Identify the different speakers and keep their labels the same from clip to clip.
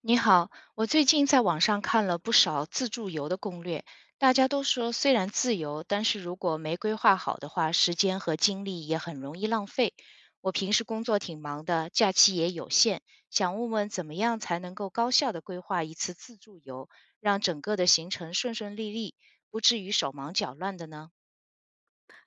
Speaker 1: 你好，我最近在网上看了不少自助游的攻略，大家都说虽然自由，但是如果没规划好的话，时间和精力也很容易浪费。我平时工作挺忙的，假期也有限，想问问怎么样才能够高效的规划一次自助游，让整个的行程顺顺利利，不至于手忙脚乱的呢？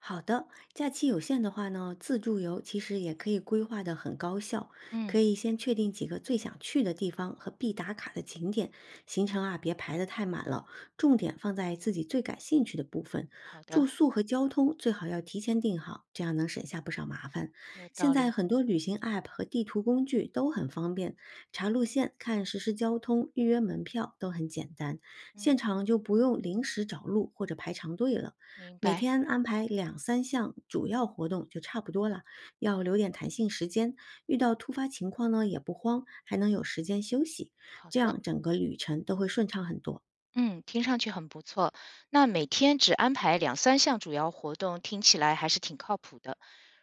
Speaker 2: 好的，假期有限的话呢，自助游其实也可以规划的很高效，可
Speaker 1: 嗯，
Speaker 2: 以先确定几个最想去的地方和必打卡的景点，行程啊别排得太满了，重点放在自己最感兴趣的部分。
Speaker 1: 好
Speaker 2: 住
Speaker 1: 的，
Speaker 2: 宿和交通最好要提前定好，这样能省下不少麻烦。
Speaker 1: 有
Speaker 2: 现
Speaker 1: 道
Speaker 2: 在
Speaker 1: 理。
Speaker 2: 很多旅行 App 和地图工具都很方便，查路线、看实时交通、预约门票都很简单，现
Speaker 1: 嗯，
Speaker 2: 场就不用临时找路或者排长队了。
Speaker 1: 明
Speaker 2: 每
Speaker 1: 白。
Speaker 2: 天安排两三项主要活动就差不多了，要留点弹性时间，遇到突发情况呢也不慌，还能有时间休息，
Speaker 1: 好
Speaker 2: 这
Speaker 1: 的。
Speaker 2: 样整个旅程都会顺畅很多。
Speaker 1: 嗯，听上去很不错。那每天只安排两三项主要活动，听起来还是挺靠谱的。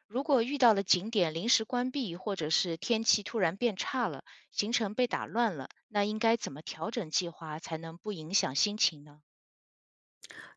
Speaker 1: 如果遇到了景点临时关闭，或者是天气突然变差了，行程被打乱了，那应该怎么调整计划才能不影响心情呢？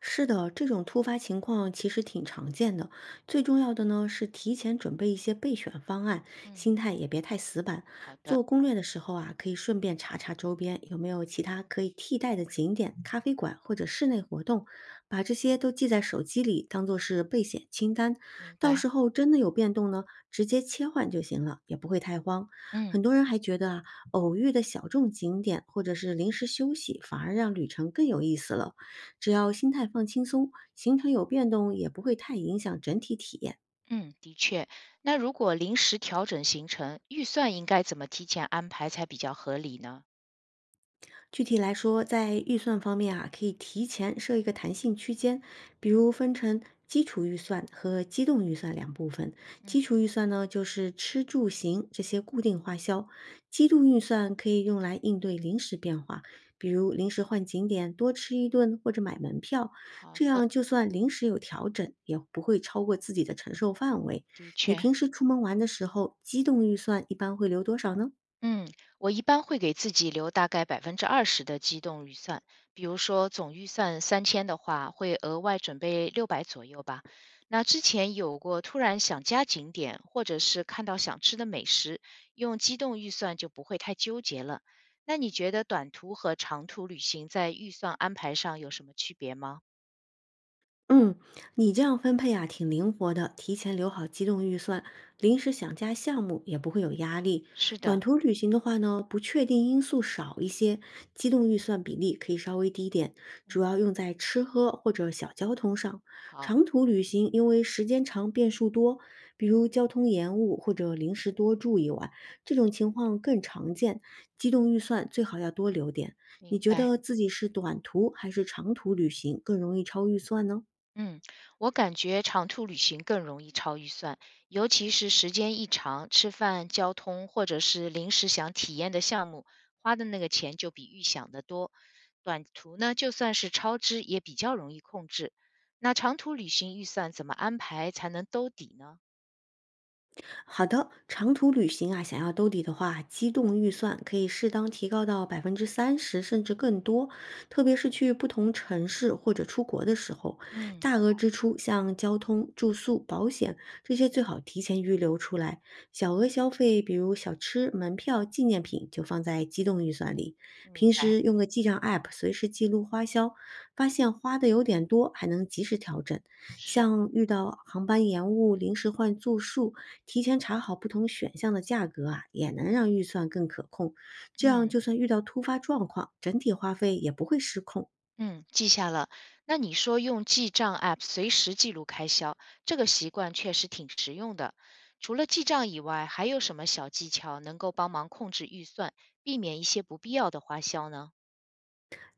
Speaker 2: 是的，这种突发情况其实挺常见的。最重要的呢是提前准备一些备选方案，
Speaker 1: 嗯，
Speaker 2: 心态也别太死板。
Speaker 1: 好的，
Speaker 2: 做攻略的时候啊，可以顺便查查周边有没有其他可以替代的景点、咖啡馆或者室内活动，把这些都记在手机里，当做是备选清单。
Speaker 1: 明
Speaker 2: 到时
Speaker 1: 白。
Speaker 2: 候真的有变动呢，直接切换就行了，也不会太慌。
Speaker 1: 嗯
Speaker 2: 很多人还觉得啊，偶遇的小众景点或者是临时休息，反而让旅程更有意思了。只要心态放轻松，行程有变动也不会太影响整体体验。
Speaker 1: 嗯，的确。那如果临时调整行程，预算应该怎么提前安排才比较合理呢？
Speaker 2: 具体来说，在预算方面啊，可以提前设一个弹性区间，比如分成基础预算和机动预算两部分。
Speaker 1: 嗯，
Speaker 2: 基础预算呢，就是吃住行这些固定花销；机动预算可以用来应对临时变化，比如临时换景点、多吃一顿或者买门票。
Speaker 1: 好
Speaker 2: 这
Speaker 1: 的，
Speaker 2: 样就算临时有调整，也不会超过自己的承受范围。
Speaker 1: 的
Speaker 2: 你
Speaker 1: 确。
Speaker 2: 平时出门玩的时候，机动预算一般会留多少呢？
Speaker 1: 嗯，我一般会给自己留大概20%的机动预算，比如说总预算3000的话，会额外准备600左右吧。那之前有过突然想加景点，或者是看到想吃的美食，用机动预算就不会太纠结了。那你觉得短途和长途旅行在预算安排上有什么区别吗？
Speaker 2: 嗯，你这样分配啊，挺灵活的，提前留好机动预算，临时想加项目也不会有压力。
Speaker 1: 是
Speaker 2: 短
Speaker 1: 的，
Speaker 2: 途旅行的话呢，不确定因素少一些，机动预算比例可以稍微低点，主
Speaker 1: 嗯，
Speaker 2: 要用在吃喝或者小交通上。
Speaker 1: 好，
Speaker 2: 长途旅行因为时间长变数多，比如交通延误或者临时多住一晚，这种情况更常见，机动预算最好要多留点。你
Speaker 1: 明
Speaker 2: 觉
Speaker 1: 白。
Speaker 2: 得自己是短途还是长途旅行更容易超预算呢？
Speaker 1: 嗯，我感觉长途旅行更容易超预算，尤其是时间一长，吃饭、交通或者是临时想体验的项目，花的那个钱就比预想的多。短途呢，就算是超支，也比较容易控制。那长途旅行预算怎么安排才能兜底呢？
Speaker 2: 好的，长途旅行啊，想要兜底的话，机动预算可以适当提高到30%甚至更多，特别是去不同城市或者出国的时候，
Speaker 1: 嗯，
Speaker 2: 大额支出像交通、住宿、保险这些最好提前预留出来，小额消费比如小吃、门票、纪念品就放在机动预算里，
Speaker 1: 明
Speaker 2: 平
Speaker 1: 白，
Speaker 2: 时用个记账 app 随时记录花销，发现花的有点多还能及时调整。
Speaker 1: 是，
Speaker 2: 像遇到航班延误、临时换住宿提前查好不同选项的价格啊，也能让预算更可控。这样，
Speaker 1: 嗯。
Speaker 2: 就算遇到突发状况，整体花费也不会失控。
Speaker 1: 嗯，记下了。那你说用记账 App 随时记录开销，这个习惯确实挺实用的。除了记账以外，还有什么小技巧能够帮忙控制预算，避免一些不必要的花销呢？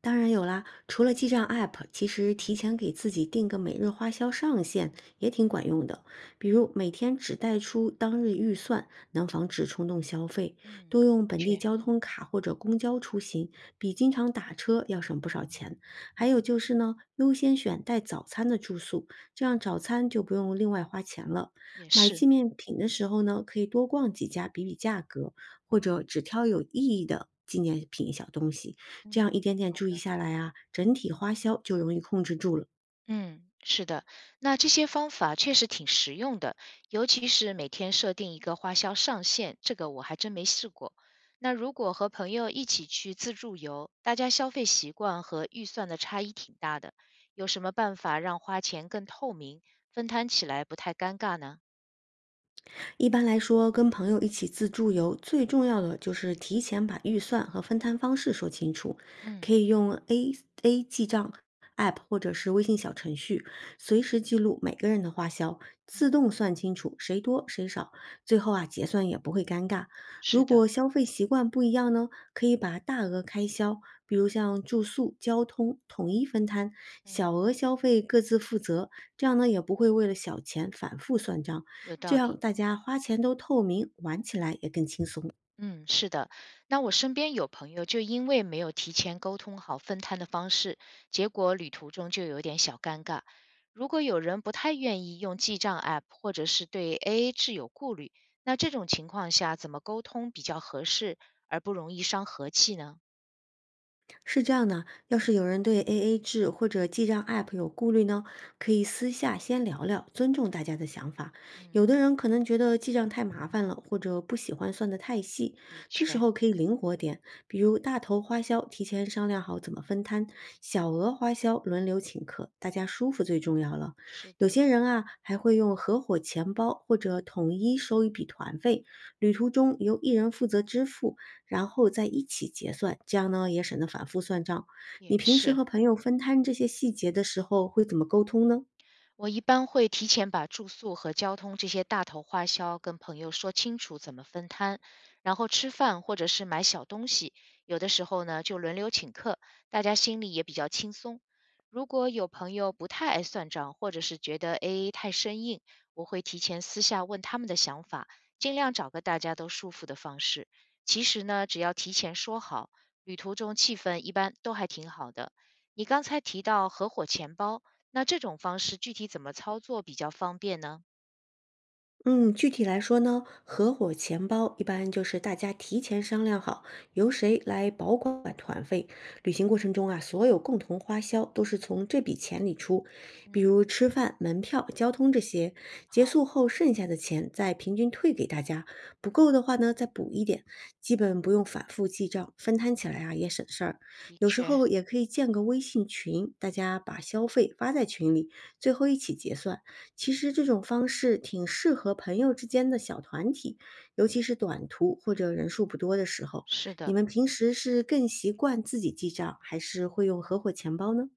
Speaker 2: 当然有啦，除了记账 App，其实提前给自己定个每日花销上限也挺管用的。比如每天只带出当日预算，能防止冲动消费。
Speaker 1: 嗯，
Speaker 2: 多用本地
Speaker 1: 确，
Speaker 2: 交通卡或者公交出行，比经常打车要省不少钱。还有就是呢，优先选带早餐的住宿，这样早餐就不用另外花钱了。
Speaker 1: 也
Speaker 2: 买
Speaker 1: 是。
Speaker 2: 纪念品的时候呢，可以多逛几家，比比价格，或者只挑有意义的纪念品小东西。这
Speaker 1: 嗯，
Speaker 2: 样一点点
Speaker 1: 好
Speaker 2: 注意
Speaker 1: 的。
Speaker 2: 下来啊，整体花销就容易控制住了。
Speaker 1: 嗯，是的，那这些方法确实挺实用的，尤其是每天设定一个花销上限，这个我还真没试过。那如果和朋友一起去自助游，大家消费习惯和预算的差异挺大的，有什么办法让花钱更透明，分摊起来不太尴尬呢？
Speaker 2: 一般来说，跟朋友一起自助游，最重要的就是提前把预算和分摊方式说清楚，
Speaker 1: 嗯
Speaker 2: 可以用 A A 记账 App 或者是微信小程序，随时记录每个人的花销，自
Speaker 1: 嗯，
Speaker 2: 动算清楚谁多谁少，最后啊结算也不会尴尬。
Speaker 1: 是
Speaker 2: 如
Speaker 1: 的，
Speaker 2: 果消费习惯不一样呢，可以把大额开销，比如像住宿、交通统一分摊，
Speaker 1: 嗯，
Speaker 2: 小额消费各自负责，这样呢也不会为了小钱反复算账。
Speaker 1: 有
Speaker 2: 这
Speaker 1: 道
Speaker 2: 样
Speaker 1: 理。
Speaker 2: 大家花钱都透明，玩起来也更轻松。
Speaker 1: 嗯，是的。那我身边有朋友就因为没有提前沟通好分摊的方式，结果旅途中就有点小尴尬。如果有人不太愿意用记账 App，或者是对 AA 制有顾虑，那这种情况下怎么沟通比较合适，而不容易伤和气呢？
Speaker 2: 是这样的，要是有人对 AA 制或者记账 App 有顾虑呢，可以私下先聊聊，尊重大家的想法。
Speaker 1: 嗯，
Speaker 2: 有的人可能觉得记账太麻烦了，或者不喜欢算得太细，
Speaker 1: 的
Speaker 2: 这时
Speaker 1: 确，
Speaker 2: 候可以灵活点，比如大头花销提前商量好怎么分摊，小额花销轮流请客，大家舒服最重要了。
Speaker 1: 是
Speaker 2: 有
Speaker 1: 的，
Speaker 2: 些人啊，还会用合伙钱包或者统一收一笔团费，旅途中由一人负责支付。然后再一起结算，这样呢也省得反复算账。
Speaker 1: 也
Speaker 2: 你平时
Speaker 1: 是。
Speaker 2: 和朋友分摊这些细节的时候会怎么沟通呢？
Speaker 1: 我一般会提前把住宿和交通这些大头花销跟朋友说清楚怎么分摊，然后吃饭或者是买小东西，有的时候呢就轮流请客，大家心里也比较轻松。如果有朋友不太爱算账，或者是觉得 AA 太生硬，我会提前私下问他们的想法，尽量找个大家都舒服的方式。其实呢，只要提前说好，旅途中气氛一般都还挺好的。你刚才提到合伙钱包。那这种方式具体怎么操作比较方便呢？
Speaker 2: 嗯，具体来说呢，合伙钱包一般就是大家提前商量好，由谁来保管团费。旅行过程中啊，所有共同花销都是从这笔钱里出，比
Speaker 1: 嗯，
Speaker 2: 如吃饭、门票、交通这些。结
Speaker 1: 好，
Speaker 2: 束后剩下的钱再平均退给大家，不够的话呢再补一点，基本不用反复记账，分摊起来啊也省事儿。
Speaker 1: 的
Speaker 2: 有时
Speaker 1: 确，
Speaker 2: 候也可以建个微信群，大家把消费发在群里，最后一起结算。其实这种方式挺适合朋友之间的小团体，尤其是短途或者人数不多的时候。
Speaker 1: 是
Speaker 2: 你
Speaker 1: 的，
Speaker 2: 们平时是更习惯自己记账，还是会用合伙钱包呢？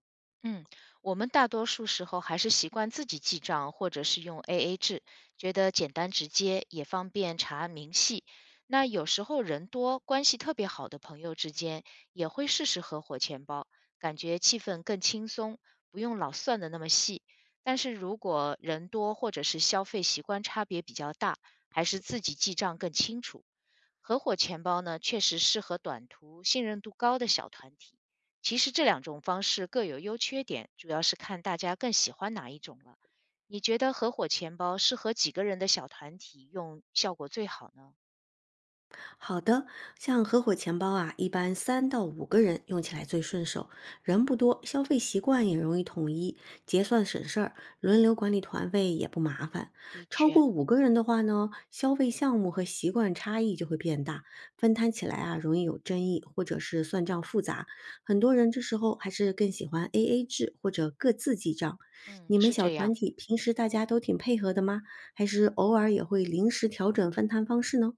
Speaker 1: 嗯，我们大多数时候还是习惯自己记账，或者是用 AA 制，觉得简单直接，也方便查明细。那有时候人多，关系特别好的朋友之间，也会试试合伙钱包，感觉气氛更轻松，不用老算的那么细。但是如果人多，或者是消费习惯差别比较大，还是自己记账更清楚。合伙钱包呢，确实适合短途、信任度高的小团体。其实这两种方式各有优缺点，主要是看大家更喜欢哪一种了。你觉得合伙钱包适合几个人的小团体用效果最好呢？
Speaker 2: 好的，像合伙钱包啊，一般3到5个人用起来最顺手，人不多，消费习惯也容易统一，结算省事儿，轮流管理团费也不麻烦。
Speaker 1: 的
Speaker 2: 超
Speaker 1: 确，
Speaker 2: 过五个人的话呢，消费项目和习惯差异就会变大，分摊起来啊容易有争议，或者是算账复杂。很多人这时候还是更喜欢 AA 制或者各自记账。
Speaker 1: 嗯，
Speaker 2: 你们
Speaker 1: 是
Speaker 2: 小
Speaker 1: 这
Speaker 2: 团
Speaker 1: 样。
Speaker 2: 体平时大家都挺配合的吗？还是偶尔也会临时调整分摊方式呢？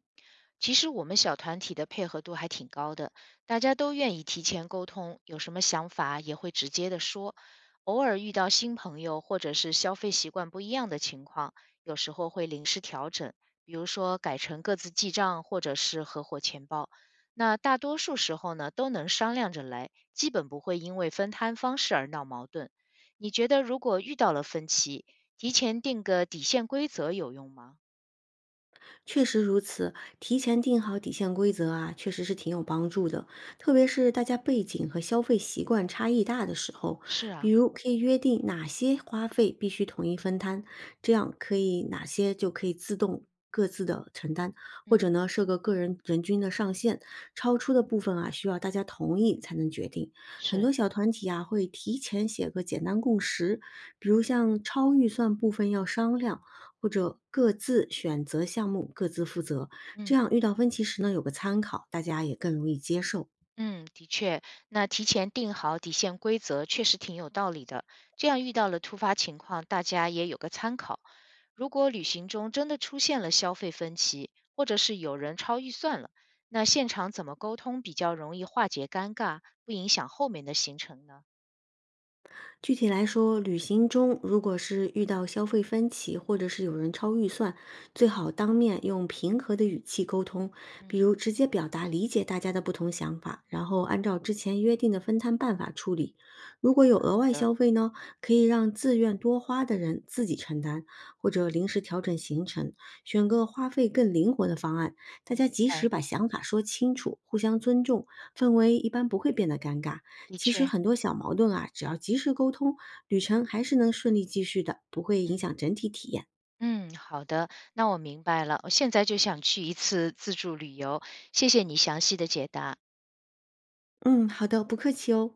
Speaker 1: 其实我们小团体的配合度还挺高的，大家都愿意提前沟通，有什么想法也会直接的说。偶尔遇到新朋友或者是消费习惯不一样的情况，有时候会临时调整，比如说改成各自记账或者是合伙钱包。那大多数时候呢，都能商量着来，基本不会因为分摊方式而闹矛盾。你觉得如果遇到了分歧，提前定个底线规则有用吗？
Speaker 2: 确实如此，提前定好底线规则啊，确实是挺有帮助的。特别是大家背景和消费习惯差异大的时候，
Speaker 1: 是啊，
Speaker 2: 比如可以约定哪些花费必须统一分摊，这样可以哪些就可以自动各自的承担，或
Speaker 1: 嗯，
Speaker 2: 者呢设个个人人均的上限，超出的部分啊需要大家同意才能决定。很
Speaker 1: 是，
Speaker 2: 多小团体啊会提前写个简单共识，比如像超预算部分要商量。或者各自选择项目各自负责，这
Speaker 1: 嗯。
Speaker 2: 样遇到分歧时呢有个参考，大家也更容易接受。
Speaker 1: 嗯，的确，那提前定好底线规则确实挺有道理的，这样遇到了突发情况，大家也有个参考。如果旅行中真的出现了消费分歧，或者是有人超预算了，那现场怎么沟通比较容易化解尴尬，不影响后面的行程呢？
Speaker 2: 具体来说，旅行中如果是遇到消费分歧，或者是有人超预算，最好当面用平和的语气沟通，比
Speaker 1: 嗯，
Speaker 2: 如直接表达理解大家的不同想法，然后按照之前约定的分摊办法处理。如果有额
Speaker 1: 好
Speaker 2: 外
Speaker 1: 的，
Speaker 2: 消费呢，可以让自愿多花的人自己承担，或者临时调整行程，选个花费更灵活的方案。大
Speaker 1: 明
Speaker 2: 家及
Speaker 1: 白，
Speaker 2: 时把想法说清楚，互相尊重，氛围一般不会变得尴尬。
Speaker 1: 的
Speaker 2: 其实
Speaker 1: 确，
Speaker 2: 很多小矛盾啊，只要及时沟通，旅程还是能顺利继续的，不会影
Speaker 1: 嗯
Speaker 2: 响整体体验。
Speaker 1: 嗯，好的，那我明白了，我现在就想去一次自助旅游，谢谢你详细的解答。
Speaker 2: 嗯，好的，不客气哦。